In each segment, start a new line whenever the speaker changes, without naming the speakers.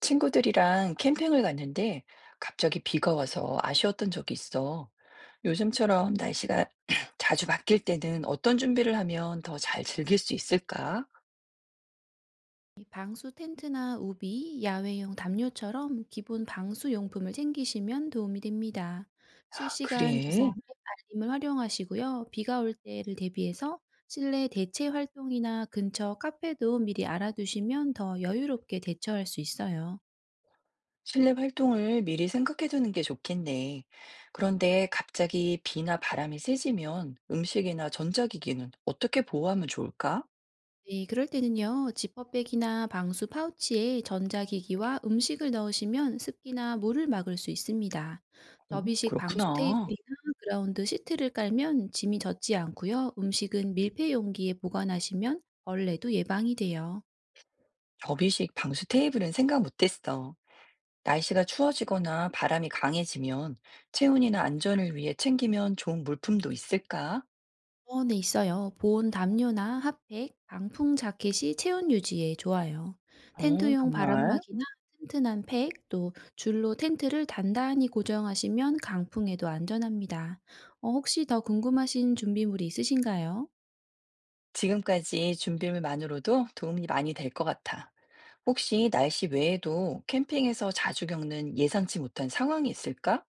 친구들이랑 캠핑을 갔는데 갑자기 비가 와서 아쉬웠던 적이 있어. 요즘처럼 날씨가 자주 바뀔 때는 어떤 준비를 하면 더 잘 즐길 수 있을까?
방수 텐트나 우비, 야외용 담요처럼 기본 방수 용품을 챙기시면 도움이 됩니다.
아,
실시간 기상
그래.
앱 알림을 활용하시고요. 비가 올 때를 대비해서 실내 대체 활동이나 근처 카페도 미리 알아두시면 더 여유롭게 대처할 수 있어요.
실내 활동을 미리 생각해 두는 게 좋겠네. 그런데 갑자기 비나 바람이 세지면 음식이나 전자기기는 어떻게 보호하면 좋을까?
네, 그럴 때는요, 지퍼백이나 방수 파우치에 전자기기와 음식을 넣으시면 습기나 물을 막을 수 있습니다.
오,
접이식 방수
그렇구나.
테이블이나 그라운드 시트를 깔면 짐이 젖지 않고요, 음식은 밀폐 용기에 보관하시면 벌레도 예방이 돼요.
접이식 방수 테이블은 생각 못했어. 날씨가 추워지거나 바람이 강해지면 체온이나 안전을 위해 챙기면 좋은 물품도 있을까?
보온에 있어요. 보온 담요나 핫팩, 방풍 자켓이 체온 유지에 좋아요.
어,
텐트용
정말?
바람막이나 튼튼한 팩, 또 줄로 텐트를 단단히 고정하시면 강풍에도 안전합니다. 혹시 더 궁금하신 준비물이 있으신가요?
지금까지 준비물만으로도 도움이 많이 될 것 같아. 혹시 날씨 외에도 캠핑에서 자주 겪는 예상치 못한 상황이 있을까?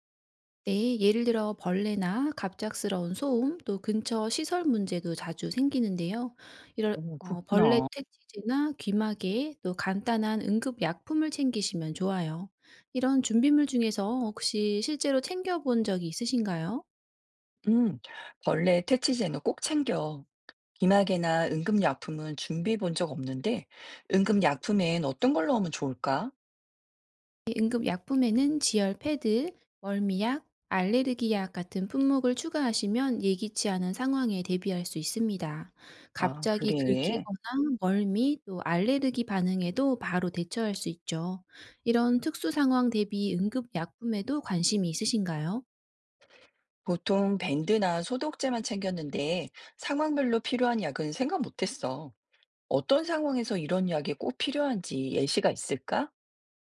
네, 예를 들어 벌레나 갑작스러운 소음, 또 근처 시설 문제도 자주 생기는데요.
오,
벌레
그렇구나.
퇴치제나 귀마개, 또 간단한 응급 약품을 챙기시면 좋아요. 이런 준비물 중에서 혹시 실제로 챙겨본 적이 있으신가요?
음, 벌레 퇴치제는 꼭 챙겨. 비마개나 응급약품은 준비해 본 적 없는데, 응급약품엔 어떤 걸 넣으면 좋을까?
응급약품에는 지열 패드, 멀미약, 알레르기약 같은 품목을 추가하시면 예기치 않은 상황에 대비할 수 있습니다.
아,
갑자기
그래.
긁히거나 멀미 또 알레르기 반응에도 바로 대처할 수 있죠. 이런 특수 상황 대비 응급약품에도 관심이 있으신가요?
보통 밴드나 소독제만 챙겼는데 상황별로 필요한 약은 생각 못했어. 어떤 상황에서 이런 약이 꼭 필요한지 예시가 있을까?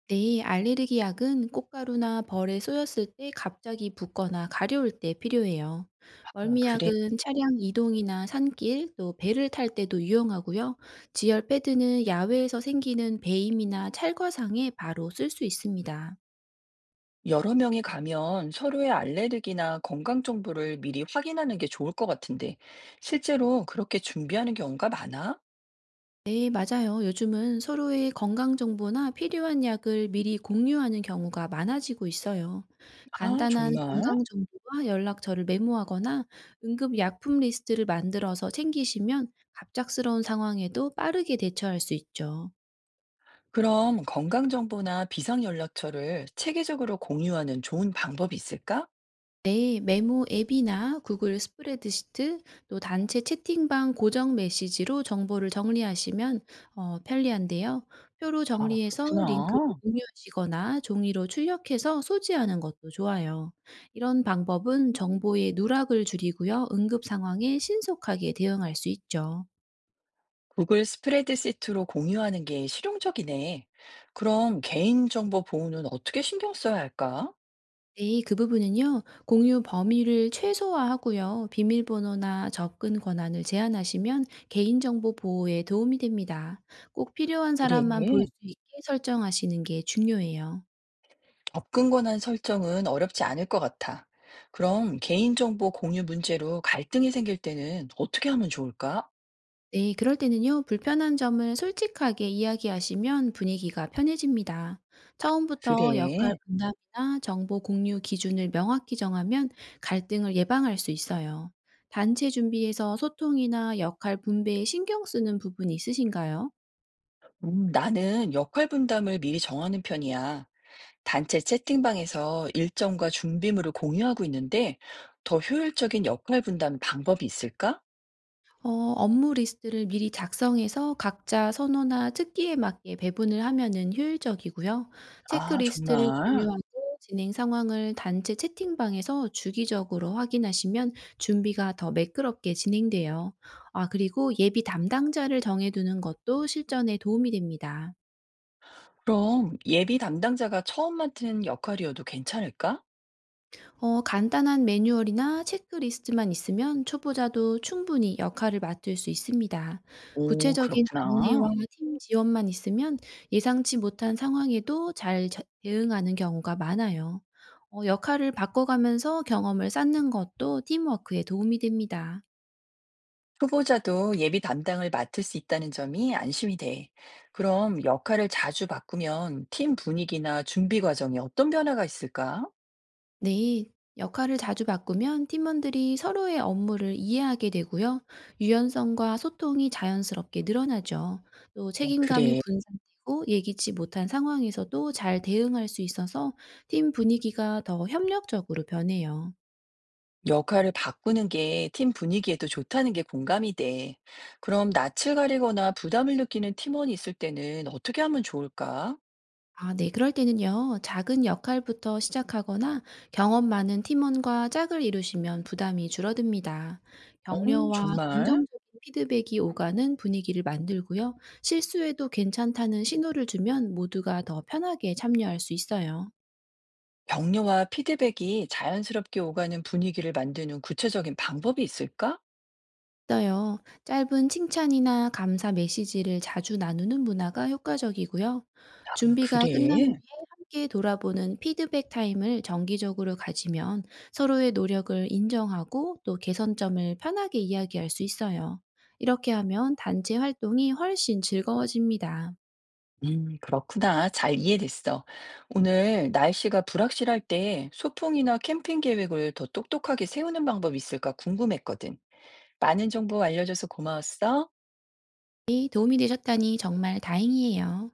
네, 알레르기 약은 꽃가루나 벌에 쏘였을 때 갑자기 붓거나 가려울 때 필요해요.
아 그래.
멀미약은 차량 이동이나 산길, 또 배를 탈 때도 유용하고요. 지열 패드는 야외에서 생기는 배임이나 찰과상에 바로 쓸 수 있습니다.
여러 명이 가면 서로의 알레르기나 건강 정보를 미리 확인하는 게 좋을 것 같은데, 실제로 그렇게 준비하는 경우가 많아?
네, 맞아요. 요즘은 서로의 건강 정보나 필요한 약을 미리 공유하는 경우가 많아지고 있어요.
아,
간단한
정말?
건강 정보와 연락처를 메모하거나 응급 약품 리스트를 만들어서 챙기시면 갑작스러운 상황에도 빠르게 대처할 수 있죠.
그럼 건강 정보나 비상 연락처를 체계적으로 공유하는 좋은 방법이 있을까?
네, 메모 앱이나 구글 스프레드시트, 또 단체 채팅방 고정 메시지로 정보를 정리하시면 편리한데요. 표로
아,
정리해서 링크를
그렇구나.
공유하시거나 종이로 출력해서 소지하는 것도 좋아요. 이런 방법은 정보의 누락을 줄이고요. 응급 상황에 신속하게 대응할 수 있죠.
구글 스프레드시트로 공유하는 게 실용적이네. 그럼 개인정보 보호는 어떻게 신경 써야 할까?
네, 그 부분은요, 공유 범위를 최소화하고요, 비밀번호나 접근 권한을 제한하시면 개인정보 보호에 도움이 됩니다. 꼭 필요한
그래.
사람만 볼 수 있게 설정하시는 게 중요해요.
접근 권한 설정은 어렵지 않을 것 같아. 그럼 개인정보 공유 문제로 갈등이 생길 때는 어떻게 하면 좋을까?
네, 그럴 때는요, 불편한 점을 솔직하게 이야기하시면 분위기가 편해집니다. 처음부터
그래.
역할 분담이나 정보 공유 기준을 명확히 정하면 갈등을 예방할 수 있어요. 단체 준비에서 소통이나 역할 분배에 신경 쓰는 부분이 있으신가요?
나는 역할 분담을 미리 정하는 편이야. 단체 채팅방에서 일정과 준비물을 공유하고 있는데 더 효율적인 역할 분담 방법이 있을까?
어 업무 리스트를 미리 작성해서 각자 선호나 특기에 맞게 배분을 하면은 효율적이고요.
아,
체크리스트를
정말.
공유하고 진행 상황을 단체 채팅방에서 주기적으로 확인하시면 준비가 더 매끄럽게 진행돼요. 아 그리고 예비 담당자를 정해두는 것도 실전에 도움이 됩니다.
그럼 예비 담당자가 처음 맡은 역할이어도 괜찮을까?
간단한 매뉴얼이나 체크리스트만 있으면 초보자도 충분히 역할을 맡을 수 있습니다.
오,
구체적인 안내와
그렇구나.
팀 지원만 있으면 예상치 못한 상황에도 잘 대응하는 경우가 많아요. 역할을 바꿔가면서 경험을 쌓는 것도 팀워크에 도움이 됩니다.
후보자도 예비 담당을 맡을 수 있다는 점이 안심이 돼. 그럼 역할을 자주 바꾸면 팀 분위기나 준비 과정에 어떤 변화가 있을까?
네, 역할을 자주 바꾸면 팀원들이 서로의 업무를 이해하게 되고요. 유연성과 소통이 자연스럽게 늘어나죠. 또
어,
책임감이
그래.
분산되고 예기치 못한 상황에서도 잘 대응할 수 있어서 팀 분위기가 더 협력적으로 변해요.
역할을 바꾸는 게 팀 분위기에도 좋다는 게 공감이 돼. 그럼 낯을 가리거나 부담을 느끼는 팀원이 있을 때는 어떻게 하면 좋을까?
아 네. 그럴 때는요. 작은 역할부터 시작하거나 경험 많은 팀원과 짝을 이루시면 부담이 줄어듭니다.
어,
격려와
정말?
긍정적인 피드백이 오가는 분위기를 만들고요. 실수해도 괜찮다는 신호를 주면 모두가 더 편하게 참여할 수 있어요.
격려와 피드백이 자연스럽게 오가는 분위기를 만드는 구체적인 방법이 있을까?
있어요. 짧은 칭찬이나 감사 메시지를 자주 나누는 문화가 효과적이고요.
아,
준비가 끝난
그래.
뒤에 함께 돌아보는 피드백 타임을 정기적으로 가지면 서로의 노력을 인정하고 또 개선점을 편하게 이야기할 수 있어요. 이렇게 하면 단체 활동이 훨씬 즐거워집니다.
그렇구나. 잘 이해됐어. 오늘 날씨가 불확실할 때 소풍이나 캠핑 계획을 더 똑똑하게 세우는 방법이 있을까 궁금했거든. 많은 정보 알려줘서 고마웠어.
이 도움이 되셨다니 정말 다행이에요.